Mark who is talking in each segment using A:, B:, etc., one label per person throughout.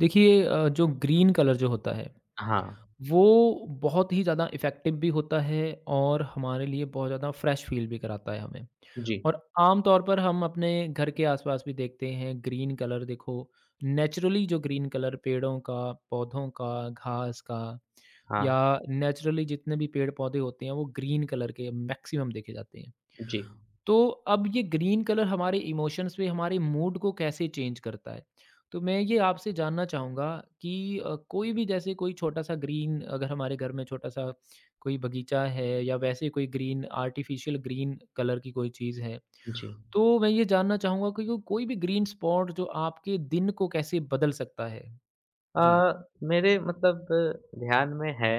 A: देखिए जो green colour जो होता है
B: हाँ,
A: वो बहुत ही ज़्यादा इफ़ेक्टिव भी होता है और हमारे लिए बहुत ज़्यादा फ्रेश फील भी कराता है हमें।
B: जी।
A: और आम तौर पर हम अपने घर के आसपास भी देखते हैं ग्रीन कलर देखो नेचुरली जो ग्रीन कलर पेड़ों का, पौधों का, घास का
B: हाँ,
A: या नेचुरली जितने भी पेड़-पौधे होते हैं वो ग्रीन कलर के मैक्सिमम देखे जाते हैं।
B: जी,
A: तो अब ये ग्रीन कलर हमारे इमोशंस पे, हमारे मूड को कैसे चेंज करता है? तो मैं ये आपसे जानना चाहूँगा कि कोई भी जैसे कोई छोटा-सा ग्रीन अगर हमारे घर में छोटा-सा कोई बगीचा है या वैसे कोई ग्रीन आर्टिफ़िशियल ग्रीन कलर की कोई चीज़ है,
B: जी।
A: तो मैं ये जानना चाहूँगा कि को कोई भी ग्रीन स्पॉट जो आपके दिन को कैसे बदल सकता है? जी,
B: मेरे मतलब ध्यान में है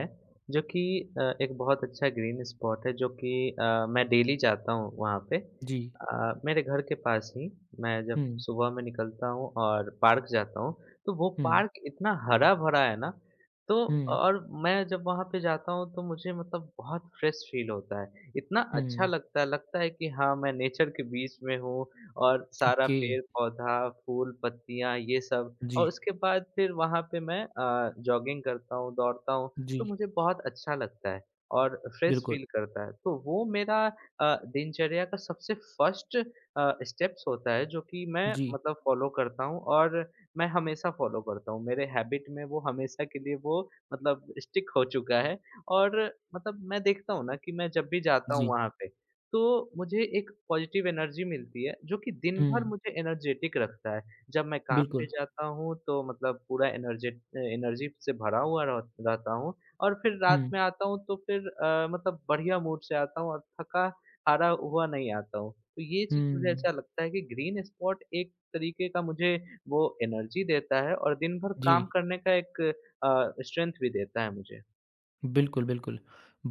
B: जो कि एक बहुत अच्छा ग्रीन स्पॉट है जो कि मैं डेली जाता हूँ वहाँ पे।
A: जी।
B: मेरे घर के पास ही मैं जब
A: हुँ,
B: सुबह में निकलता हूँ और पार्क जाता हूँ, तो वो
A: हुँ,
B: पार्क इतना हरा-भरा है ना, तो
A: हुँ,
B: और मैं जब वहाँ पे जाता हूँ तो मुझे मतलब बहुत फ्रेश फ़ील होता है। इतना अच्छा
A: हुँ।
B: लगता है कि हाँ, मैं नेचर के बीच में हूँ और सारा
A: ओके।
B: पेड़-पौधा, फूल, पत्तियाँ ये सब।
A: जी,
B: और उसके बाद फिर वहाँ पे मैं जॉगिंग करता हूँ, दौड़ता हूँ,
A: जी।
B: तो मुझे बहुत अच्छा लगता है और फ्रेश फील
A: बिल्कुल।
B: करता है। तो वो मेरा दिनचर्या का सबसे फर्स्ट स्टेप्स होता है जो कि मैं
A: जी,
B: मतलब फ़ॉलो करता हूँ और मैं हमेशा फ़ॉलो करता हूँ। मेरे हैबिट में वो हमेशा के लिए वो मतलब स्टिक हो चुका है। और मतलब मैं देखता हूँ ना कि मैं जब भी जाता हूँ
A: जी।
B: वहाँ पे, तो मुझे एक पॉजिटिव एनर्जी मिलती है जो कि दिन भर
A: हुँ,
B: मुझे एनर्जेटिक रखता है। जब मैं काम पे
A: बिल्कुल।
B: जाता हूँ तो मतलब पूरा एनर्जेट एनर्जी से भरा हुआ रह रहता हूँ और फिर रात
A: हुँ।
B: में आता हूँ तो फिर मतलब बढ़िया मूड से आता हूँ और थका हारा हुआ नहीं आता हूँ। तो ये चीज़ मुझे
A: हुँ।
B: ऐसा लगता है कि ग्रीन स्पॉट एक तरीके का मुझे वो एनर्जी देता है और दिन भर काम
A: जी,
B: करने का एक स्ट्रेंथ भी देता है मुझे।
A: बिल्कुल, बिल्कुल।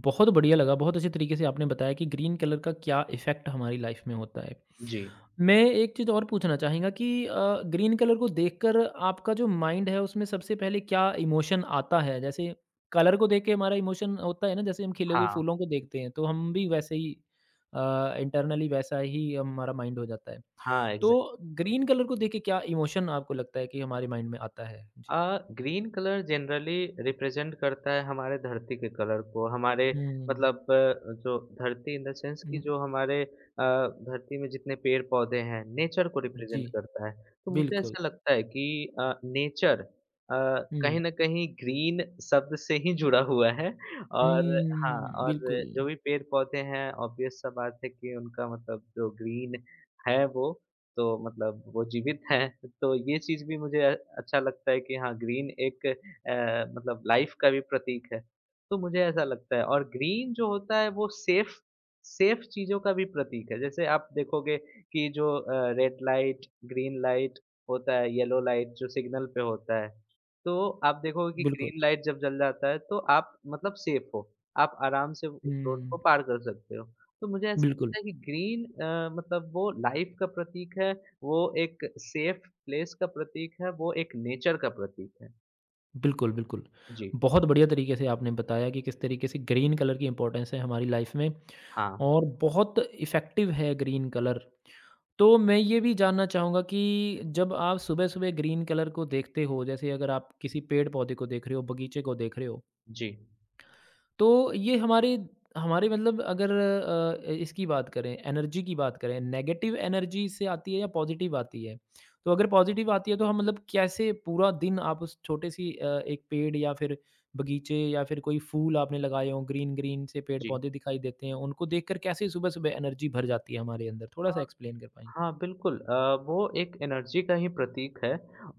A: बहुत बढ़िया लगा, बहुत अच्छे तरीके से आपने बताया कि ग्रीन कलर का क्या इफ़ेक्ट हमारी लाइफ़ में होता है।
B: जी।
A: मैं एक चीज़ और पूछना चाहूँगा कि ग्रीन कलर को देखकर आपका जो माइंड है, उसमें सबसे पहले क्या इमोशन आता है? जैसे कलर को देख के हमारा इमोशन होता है ना, जैसे हम खिले हुए
B: हाँ।
A: फूलों को देखते हैं, तो हम भी वैसे ही इंटरनली वैसा ही हमारा माइंड हो जाता है।
B: हाँ, एग्ज़ैक्ट
A: तो ग्रीन कलर को देख के क्या इमोशन आपको लगता है कि हमारे माइंड में आता है? जी।
B: ग्रीन कलर जनरली रिप्रेजेंट करता है हमारे धरती के कलर को, हमारे
A: हुँ, हुँ।
B: मतलब जो धरती इन द सेंस कि
A: हुँ,
B: जो हमारे धरती में जितने पेड़-पौधे हैं, नेचर को
A: जी।
B: रिप्रेजेंट करता है। तो मुझे
A: बिल्कुल।
B: ऐसा लगता है कि नेचर अ, कहीं
A: हुँ।
B: न कहीं ग्रीन शब्द से ही जुड़ा हुआ है। और हाँ,
A: हुँ,
B: और
A: बिल्कुल,
B: जो भी पेड़-पौधे हैं, ऑब्वियस सा बात है कि उनका मतलब जो ग्रीन है वो, तो मतलब वो जीवित हैं, तो ये चीज़ भी मुझे अच्छा लगता है कि हाँ, ग्रीन एक मतलब लाइफ़ का भी प्रतीक है। तो मुझे ऐसा लगता है और ग्रीन जो होता है वो सेफ़ सेफ़ चीज़ों का भी प्रतीक है। जैसे आप देखोगे कि जो रेड लाइट, ग्रीन लाइट होता है, येलो लाइट जो सिग्नल पे होता है, तो आप देखोगे कि
A: बिल्कुल।
B: ग्रीन लाइट जब जल जाता है तो आप मतलब सेफ़ हो। आप आराम से उस रोड को
A: हुँ,
B: पार कर सकते हो। तो मुझे ऐसा
A: बिल्कुल,
B: नहीं, ग्रीन मतलब वो लाइफ का प्रतीक है, वो एक सेफ प्लेस का प्रतीक है, वो एक नेचर का प्रतीक है।
A: बिल्कुल, बिल्कुल।
B: जी।
A: बहुत बढ़िया तरीके से आपने बताया कि किस तरीके से ग्रीन कलर की इम्पोर्टेंस है हमारी लाइफ़ में
B: हाँ।
A: और बहुत इफ़ेक्टिव है ग्रीन कलर। तो मैं ये भी जानना चाहूँगा कि जब आप सुबह-सुबह ग्रीन कलर को देखते हो, जैसे अगर आप किसी पेड़-पौधे को देख रहे हो, बगीचे को देख रहे हो,
B: जी,
A: तो ये हमारे हमारे मतलब अगर इसकी बात करें एनर्जी की बात करें नेगेटिव एनर्जी से आती है या पॉजिटिव आती है? तो अगर पॉजिटिव आती है तो हम मतलब कैसे पूरा दिन आप उस छोटे सी एक पेड़ या फिर बगीचे या फिर कोई फूल आपने लगाए हों ग्रीन-ग्रीन से
B: जी।
A: पेड़-पौधे दिखाई देते हैं, उनको देखकर कैसे सुबह-सुबह एनर्जी भर जाती है हमारे अंदर? थोड़ा-सा एक्सप्लेन कर पाएँ?
B: हाँ, बिल्कुल वो एक एनर्जी का ही प्रतीक है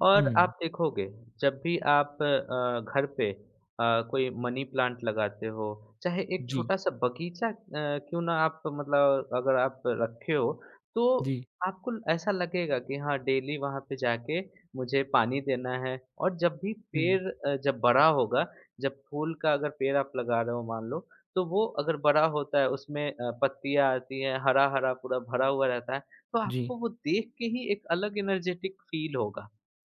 B: और
A: हुँ,
B: आप देखोगे जब भी आप घर पे कोई मनी प्लांट लगाते हो, चाहे एक
A: जी,
B: छोटा-सा बगीचा क्यों ना आप मतलब अगर आप रखे हो, तो
A: जी,
B: आपको ऐसा लगेगा कि हाँ, डेली वहाँ पे जाके मुझे पानी देना है और जब भी
A: हुँ,
B: पेड़ जब बड़ा होगा, जब फूल का अगर पेड़ आप लगा रहे हो मान लो, तो वो अगर बड़ा होता है उसमें पत्तियाँ आती हैं, हरा-हरा पूरा भरा हुआ रहता है, तो
A: जी,
B: आपको वो देख के ही एक अलग एनर्जेटिक फील होगा,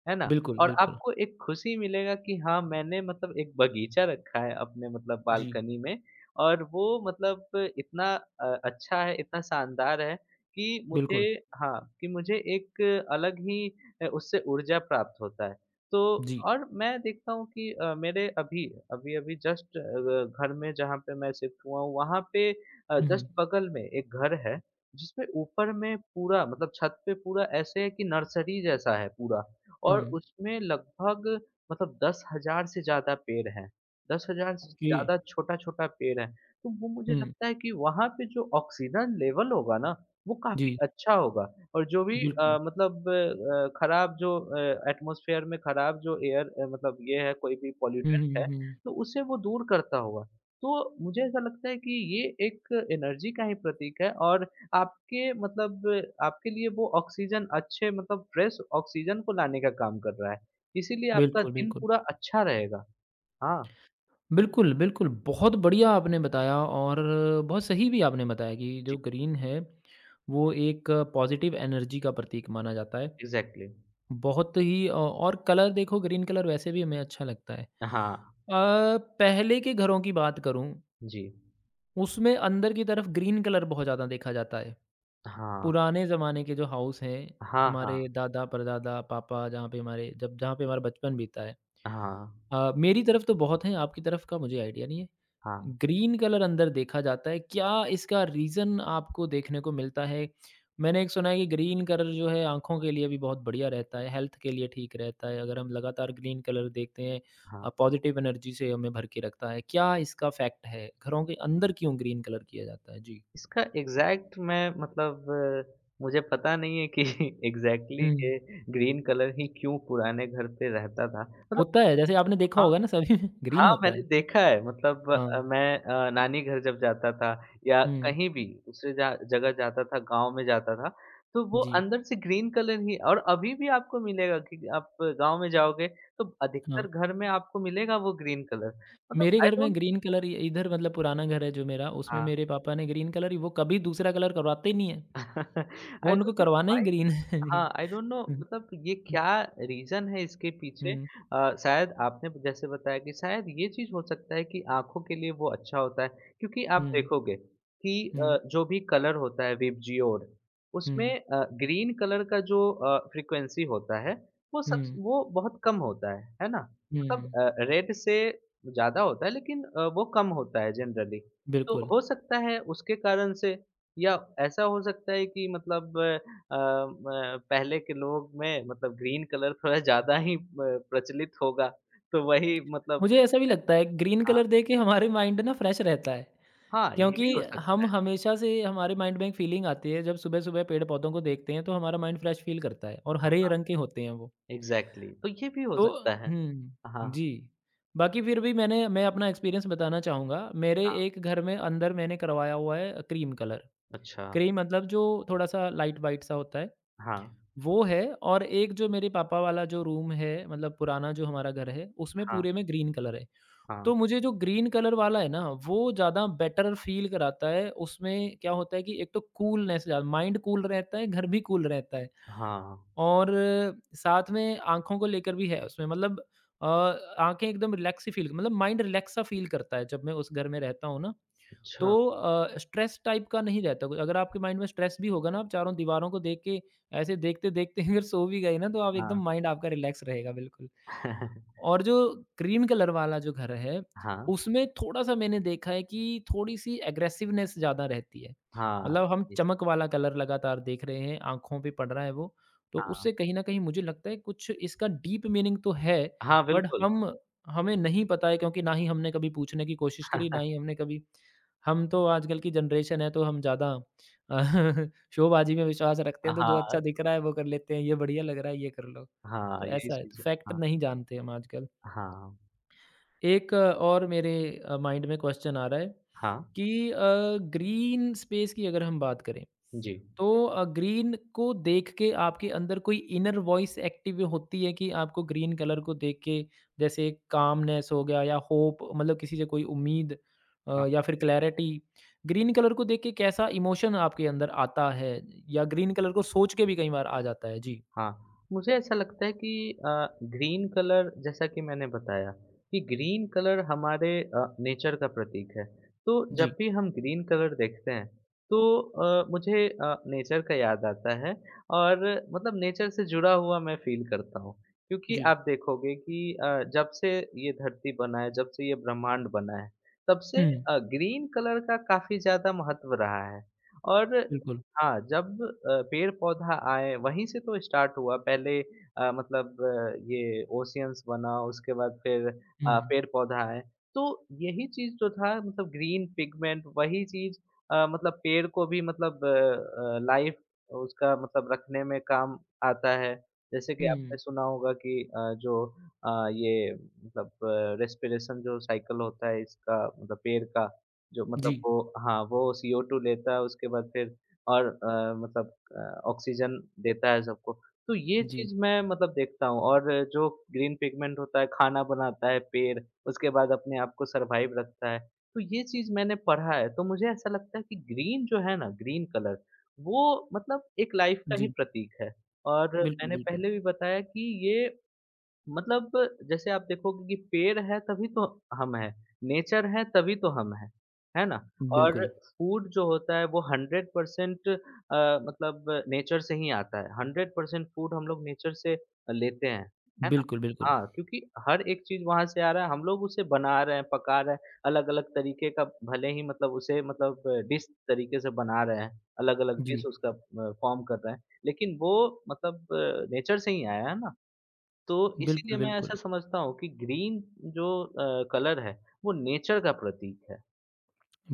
B: है ना?
A: बिल्कुल,
B: और आपको एक खुशी मिलेगा कि हाँ, मैंने मतलब एक बगीचा रखा है अपने मतलब
A: जी,
B: बालकनी में और वो मतलब इतना अच्छा है, इतना शानदार है कि मुझे,
A: बिल्कुल,
B: हाँ, कि मुझे एक अलग ही उससे ऊर्जा प्राप्त होता है। तो
A: जी,
B: और मैं देखता हूँ कि मेरे अभी, अभी-अभी जस्ट घर में जहाँ पे मैं शिफ्ट हुआ हूँ, वहाँ पे
A: हुँ,
B: जस्ट बगल में एक घर है। जिसमें ऊपर में पूरा मतलब छत पे पूरा ऐसे है कि नर्सरी जैसा है पूरा,
A: हुँ,
B: और उसमें लगभग मतलब 10,000 से ज़्यादा पेड़ हैं। 10,000 से
A: ओके,
B: ज़्यादा छोटा-छोटा पेड़ है। तो वो मुझे
A: हुँ,
B: लगता है कि वहाँ पे जो ऑक्सीजन लेवल होगा ना, वो काफ़ी
A: जी।
B: अच्छा होगा। और जो भी
A: बिल्कुल।
B: मतलब खराब जो एटमॉस्फेयर में खराब जो एयर मतलब ये है कोई भी
A: हुँ,
B: पॉल्यूटेंट
A: हुँ,
B: है,
A: हुँ।
B: तो उसे वो दूर करता होगा। तो मुझे ऐसा लगता है कि ये एक एनर्जी का ही प्रतीक है और आपके मतलब आपके लिए वो ऑक्सीजन अच्छे मतलब फ्रेश ऑक्सीजन को लाने का काम कर रहा है। इसीलिए आपका
A: बिल्कुल,
B: दिन
A: बिल्कुल।
B: पूरा अच्छा रहेगा। हाँ,
A: बिल्कुल, बिल्कुल, बहुत बढ़िया आपने बताया और बहुत सही भी आपने बताया कि
B: जी,
A: जो ग्रीन है, वो एक पॉज़िटिव एनर्जी का प्रतीक माना जाता है।
B: एग्ज़ैक्टली।
A: बहुत ही और कलर देखो ग्रीन कलर वैसे भी हमें अच्छा लगता है। अ,
B: हाँ,
A: पहले के घरों की बात करूँ,
B: जी।
A: उसमें अंदर की तरफ ग्रीन कलर बहुत ज़्यादा देखा जाता है।
B: हाँ।
A: पुराने ज़माने के जो हाउस हैं,
B: हाँ,
A: हमारे
B: हाँ।
A: दादा, परदादा, पापा जहाँ पे हमारे जब जहाँ पे हमारा बचपन बीता है।
B: हाँ,
A: मेरी तरफ तो बहुत हैं, आपकी तरफ का मुझे आइडिया नहीं है।
B: हाँ,
A: ग्रीन कलर अंदर देखा जाता है, क्या इसका रीज़न आपको देखने को मिलता है? मैंने एक सुना है कि ग्रीन कलर जो है आँखों के लिए भी बहुत बढ़िया रहता है, हेल्थ के लिए ठीक रहता है। अगर हम लगातार ग्रीन कलर देखते हैं
B: हाँ।
A: पॉज़िटिव एनर्जी से हमें भर के रखता है। क्या इसका फैक्ट है? घरों के अंदर क्यों ग्रीन कलर किया जाता है? जी।
B: इसका एग्ज़ैक्ट मैं मतलब मुझे पता नहीं है कि एग्ज़ैक्टली
A: हुँ,
B: ये ग्रीन कलर ही क्यों पुराने घर पे रहता था। मतलब
A: होता है, जैसे आपने देखा होगा ना सभी में ग्रीन
B: हाँ,
A: होता
B: मैंने
A: है।
B: देखा है मतलब
A: हाँ।
B: मैं नानी घर जब जाता था या
A: हुँ,
B: कहीं भी दूसरे जा जगह जाता था, गाँव में जाता था, तो वो
A: जी।
B: अंदर से ग्रीन कलर ही। और अभी भी आपको मिलेगा कि आप गाँव में जाओगे तो
A: हाँ।
B: अधिकतर घर में आपको मिलेगा वो ग्रीन कलर। मतलब
A: मेरे
B: आई
A: घर में
B: डोंट,
A: ग्रीन कलर इ इधर मतलब पुराना घर है जो मेरा, उसमें
B: हाँ।
A: मेरे पापा ने ग्रीन कलर वो कभी दूसरा कलर करवाते ही नहीं है। वो
B: आई डोंट
A: उनको
B: नो
A: करवाना ही
B: व्हाई।
A: ग्रीन है। जी।
B: हाँ, आई डोंट नो मतलब ये
A: हुँ,
B: क्या रीज़न है इसके पीछे।
A: हुँ,
B: शायद आपने जैसे बताया कि शायद ये चीज़ हो सकता है कि आँखों के लिए वो अच्छा होता है। क्योंकि आप
A: हुँ,
B: देखोगे कि
A: हुँ,
B: जो भी कलर होता है विबजियोर उसमें
A: हुँ,
B: ग्रीन कलर का जो फ्रीक्वेंसी होता है वो सबस
A: हुँ,
B: वो बहुत कम होता है ना?
A: हुँ,
B: मतलब
A: हुँ,
B: रेड से ज़्यादा होता है लेकिन वो कम होता है जनरली। तो
A: बिल्कुल।
B: हो सकता है उसके कारण से या ऐसा हो सकता है कि मतलब अ, म पहले के लोग में मतलब ग्रीन कलर थोड़ा ज़्यादा ही प प्रचलित होगा, तो वही मतलब।
A: मुझे ऐसा भी लगता है ग्रीन
B: हाँ,
A: कलर देके हमारे माइंड ना फ्रेश रहता है,
B: हाँ, ये
A: क्योंकि
B: भी हो
A: हम
B: सकता
A: हमेशा से हमारे माइंड में एक फीलिंग आती है जब सुबह-सुबह पेड़-पौधों को देखते हैं तो हमारा माइंड फ्रेश फील करता है और
B: है।
A: हरे रंग के होते हैं वो।
B: एग्ज़ैक्टली तो ये भी हो
A: तो
B: सकता है।
A: हुँ,
B: हाँ,
A: जी। बाकी फिर भी मैं अपना एक्सपीरियंस बताना चाहूँगा। मेरे
B: हाँ,
A: एक घर में अंदर मैंने करवाया हुआ है क्रीम कलर।
B: अच्छा,
A: क्रीम मतलब जो थोड़ा-सा लाइट वाइट सा होता है,
B: हाँ,
A: वो है और एक जो मेरे पापा वाला जो रूम है मतलब पुराना जो हमारा घर है, उसमें
B: हाँ,
A: पूरे में ग्रीन कलर है।
B: हाँ,
A: तो मुझे जो ग्रीन कलर वाला है ना, वो ज़्यादा बेटर फ़ील कराता है। उसमें क्या होता है कि एक तो कूलनेस ज़्यादा माइंड कूल रहता है, घर भी कूल रहता है।
B: हाँ,
A: और साथ में आँखों को लेकर भी है उसमें मतलब अ, आँखें एकदम रिलैक्स ही फ़ील मतलब माइंड रिलैक्स सा फ़ील करता है जब मैं उस घर में रहता हूँ ना,
B: अच्छा,
A: तो स्ट्रेस टाइप का नहीं रहता कोई। अगर आपके माइंड में स्ट्रेस भी होगा ना, आप चारों दीवारों को देख के ऐसे देखते-देखते अगर सो भी गए ना, तो आप
B: हाँ,
A: एकदम माइंड आपका रिलैक्स रहेगा बिल्कुल। और जो क्रीम कलर वाला जो घर है,
B: हाँ,
A: उसमें थोड़ा-सा मैंने देखा है कि थोड़ी-सी एग्रेसिवनेस ज़्यादा रहती है।
B: हाँ,
A: मतलब हम
B: इस
A: चमक वाला कलर लगातार देख रहे हैं, आँखों पे पड़ रहा है वो, तो
B: हाँ,
A: उससे कहीं न कहीं मुझे लगता है कुछ इसका डीप मीनिंग तो है,
B: हाँ,
A: बट
B: बिल्कुल,
A: हम हमें नहीं पता है क्योंकि ना ही हमने कभी पूछने की कोशिश करी, ना ही हमने कभी हम तो आजकल की जनरेशन है तो हम ज़्यादा शोबाजी में विश्वास रखते हैं, तो जो
B: हाँ,
A: अच्छा दिख रहा है वो कर लेते हैं, ये बढ़िया लग रहा है, ये कर लो।
B: हाँ,
A: तो
B: यही
A: ऐसा है, तो
B: चीज़,
A: फैक्ट
B: हाँ,
A: नहीं जानते हम आजकल।
B: हाँ,
A: एक और मेरे माइंड में क्वेश्चन आ रहा है
B: हाँ,
A: कि ग्रीन स्पेस की अगर हम बात करें
B: जी।
A: तो ग्रीन को देख के आपके अंदर कोई इनर वॉइस एक्टिव होती है कि आपको ग्रीन कलर को देख के जैसे कामनेस हो गया या होप मतलब किसी से कोई उम्मीद या फिर क्लैरिटी ग्रीन कलर को देख के कैसा इमोशन आपके अंदर आता है या ग्रीन कलर को सोच के भी कई बार आ जाता है जी
B: हाँ, मुझे ऐसा लगता है कि ग्रीन कलर जैसा कि मैंने बताया कि ग्रीन कलर हमारे नेचर का प्रतीक है। तो जब
A: जी
B: भी हम ग्रीन कलर देखते हैं तो मुझे नेचर का याद आता है और मतलब नेचर से जुड़ा हुआ मैं फ़ील करता हूँ। क्योंकि
A: जी
B: आप देखोगे कि जब से ये धरती बना है, जब से ये ब्रह्मांड बना है, तब से
A: हम्म
B: ग्रीन कलर का काफ़ी ज़्यादा महत्व रहा है। और
A: बिल्कुल
B: हाँ, जब पेड़-पौधा आए वहीं से तो स्टार्ट हुआ पहले मतलब ये ओशियन्स बना उसके बाद फिर
A: हम्म
B: पेड़-पौधा आए। तो यही चीज़ जो था मतलब ग्रीन पिगमेंट वही चीज़ मतलब पेड़ को भी मतलब लाइफ उसका मतलब रखने में काम आता है। जैसे कि आपने
A: हम्म
B: सुना होगा कि जो ये मतलब रेस्पिरेशन जो साइकिल होता है इसका मतलब पेड़ का जो मतलब
A: जी
B: वो, हाँ, वो CO2 लेता है उसके बाद फिर और मतलब ऑक्सीजन देता है सबको। तो ये
A: जी
B: चीज़ मैं मतलब देखता हूँ और जो ग्रीन पिगमेंट होता है, खाना बनाता है पेड़, उसके बाद अपने आप को सरवाइव रखता है। तो ये चीज़ मैंने पढ़ा है, तो मुझे ऐसा लगता है कि ग्रीन जो है ना, ग्रीन कलर, वो मतलब एक लाइफ का ही
A: जी
B: प्रतीक है। और
A: बिल्कुल,
B: मैंने
A: बिल्कुल।
B: पहले भी बताया कि ये मतलब, जैसे आप देखोगे कि पेड़ है तभी तो हम हैं, नेचर है तभी तो हम हैं, है ना? और
A: बिल्कुल।
B: फूड जो होता है वो 100% मतलब नेचर से ही आता है, 100% फूड हम लोग नेचर से लेते हैं, है ना?
A: बिल्कुल, बिल्कुल।
B: हाँ, क्योंकि हर एक चीज़ वहाँ से आ रहा है, हम लोग उसे बना रहे हैं, पका रहे हैं, अलग-अलग तरीके का, भले ही मतलब उसे मतलब डिश तरीके से बना रहे हैं, अलग-अलग डिश
A: जी।
B: उसका फ़ॉर्म कर रहे हैं, लेकिन वो मतलब नेचर से ही आया है ना? तो इसीलिए
A: बिल्कुल,
B: मैं ऐसा
A: बिल्कुल।
B: समझता हूँ कि ग्रीन जो कलर है वो नेचर का प्रतीक है।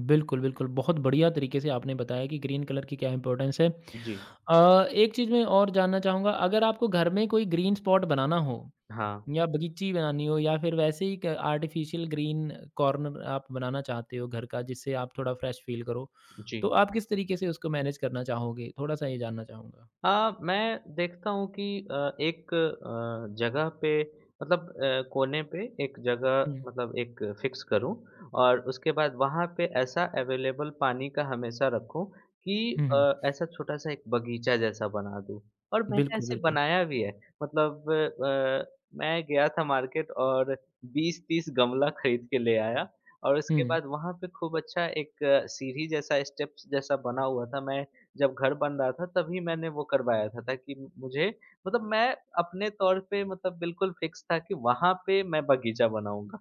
A: बिल्कुल, बिल्कुल। बहुत बढ़िया तरीके से आपने बताया कि ग्रीन कलर की क्या इम्पोर्टेंस है।
B: जी।
A: एक चीज़ मैं और जानना चाहूँगा अगर आपको घर में कोई ग्रीन स्पॉट बनाना हो
B: हाँ,
A: या बगीची बनानी हो या फिर वैसे ही एक आर्टिफ़िशियल ग्रीन कॉर्नर आप बनाना चाहते हो घर का जिससे आप थोड़ा फ्रेश फ़ील करो,
B: जी।
A: तो आप किस तरीके से उसको मैनेज करना चाहोगे? थोड़ा-सा ये जानना चाहूँगा?
B: हाँ, मैं देखता हूँ कि एक जगह पे मतलब कोने पे एक जगह
A: हुँ।
B: मतलब एक फिक्स करूँ और उसके बाद वहाँ पे ऐसा अवेलेबल पानी का हमेशा रखूँ कि
A: हुँ, हुँ।
B: ऐसा छोटा-सा एक बगीचा जैसा बना दूँ और मैंने
A: बिल्कुल,
B: ऐसे
A: बिल्कुल।
B: बनाया भी है। मतलब मैं गया था मार्केट और 20-30 गमला खरीद के ले आया और उसके
A: हुँ।
B: बाद वहाँ पे खूब अच्छा एक सीढ़ी जैसा स्टेप्स जैसा बना हुआ था। मैं जब घर बन रहा था तभी मैंने वो करवाया था ताकि मुझे मतलब मैं अपने तौर पे मतलब बिल्कुल फिक्स था कि वहाँ पे मैं बगीचा बनाऊँगा।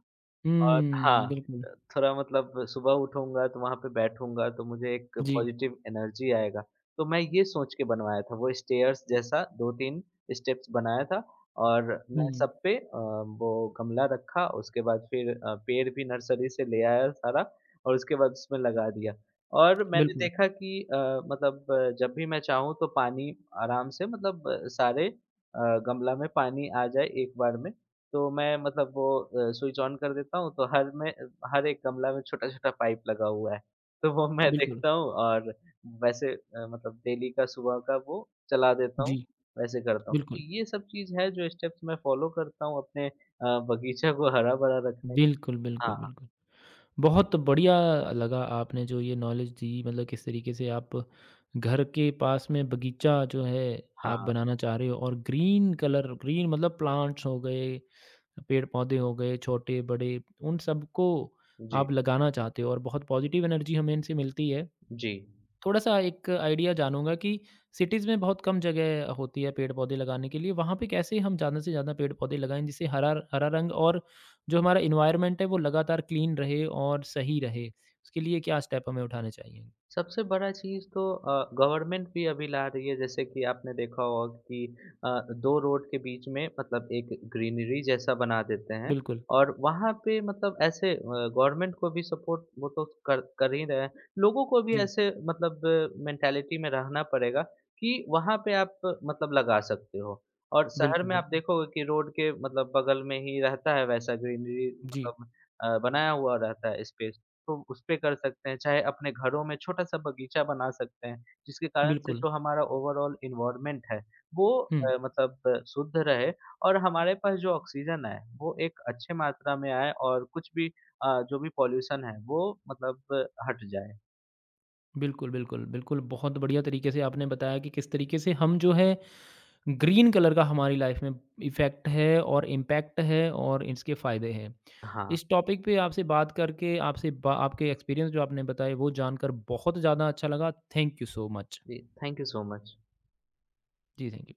B: और
A: हुँ,
B: हाँ,
A: बिल्कुल।
B: थोड़ा मतलब सुबह उठूँगा तो वहाँ पे बैठूँगा तो मुझे एक
A: जी।
B: पॉज़िटिव एनर्जी आएगा। तो मैं ये सोच के बनवाया था वो स्टेयर्स जैसा 2-3 स्टेप्स बनाया था और
A: हुँ,
B: मैं सब पे वो गमला रखा उसके बाद फिर पेड़ भी नर्सरी से ले आया सारा और उसके बाद उसमें लगा दिया। और मैंने
A: बिल्कुल।
B: देखा कि मतलब जब भी मैं चाहूँ तो पानी आराम से मतलब सारे गमला में पानी आ जाए एक बार में। तो मैं मतलब वो स्विच ऑन कर देता हूँ तो हर एक गमला में छोटा-छोटा पाइप लगा हुआ है। तो वो मैं
A: बिल्कुल।
B: देखता हूँ और वैसे मतलब डेली का सुबह का वो चला देता हूँ,
A: जी,
B: वैसे करता हूँ। तो
A: बिल्कुल।
B: ये सब चीज़ है जो स्टेप्स मैं फ़ॉलो करता हूँ अपने बगीचा को हरा-भरा रखने।
A: बिल्कुल, बिल्कुल,
B: हाँ,
A: बिल्कुल। बहुत बढ़िया लगा आपने जो ये नॉलेज दी मतलब किस तरीके से आप घर के पास में बगीचा जो है आप
B: हाँ।
A: बनाना चाह रहे हो और ग्रीन कलर ग्रीन मतलब प्लांट्स हो गए, पेड़-पौधे हो गए, छोटे-बड़े उन सबको
B: जी,
A: आप लगाना चाहते हो और बहुत पॉजिटिव एनर्जी हमें इनसे मिलती है।
B: जी।
A: थोड़ा-सा एक आइडिया जानूँगा कि सिटीज़ में बहुत कम जगह होती है पेड़-पौधे लगाने के लिए, वहाँ पे कैसे हम ज़्यादा से ज़्यादा पेड़-पौधे लगाएँ जिससे हरा हरा रंग और जो हमारा एनवायरनमेंट है वो लगातार क्लीन रहे और सही रहे? उसके लिए क्या स्टेप हमें उठाने चाहिए?
B: सबसे बड़ा चीज़ तो गवर्नमेंट भी अभी ला रही है जैसे कि आपने देखा होगा कि अ, 2 रोड के बीच में मतलब एक ग्रीनरी जैसा बना देते हैं
A: बिल्कुल।
B: और वहाँ पे मतलब ऐसे गवर्नमेंट को भी सपोर्ट वो तो कर कर ही रहे हैं। लोगों को भी
A: जी।
B: ऐसे मतलब मेंटालिटी में रहना पड़ेगा कि वहाँ पे आप मतलब लगा सकते हो और शहर
A: बिल्कुल,
B: में आप
A: बिल्कुल।
B: देखोगे कि रोड के मतलब बगल में ही रहता है वैसा ग्रीनरी
A: जी,
B: मतलब बनाया हुआ रहता है स्पेस। तो उसपे कर सकते हैं, चाहे अपने घरों में छोटा-सा बगीचा बना सकते हैं, जिसके कारण से
A: बिल्कुल।
B: जो हमारा ओवरऑल एनवायरनमेंट है, वो
A: हुँ।
B: मतलब शुद्ध रहे और हमारे पास जो ऑक्सीजन है, वो एक अच्छे मात्रा में आए और कुछ भी जो भी पॉल्यूशन है, वो मतलब हट जाए।
A: बिल्कुल, बिल्कुल, बिल्कुल, बहुत बढ़िया तरीके से आपने बताया कि किस तरीके से हम जो है ग्रीन कलर का हमारी लाइफ में इफ़ेक्ट है और इम्पैक्ट है और इसके फ़ायदे हैं।
B: हाँ,
A: इस टॉपिक पे आपसे बात करके आपसे बा आपके एक्सपीरियंस जो आपने बताए वो जानकर बहुत ज़्यादा अच्छा लगा। Thank you so much.
B: जी, थैंक यू सो मच।
A: जी थैंक यू।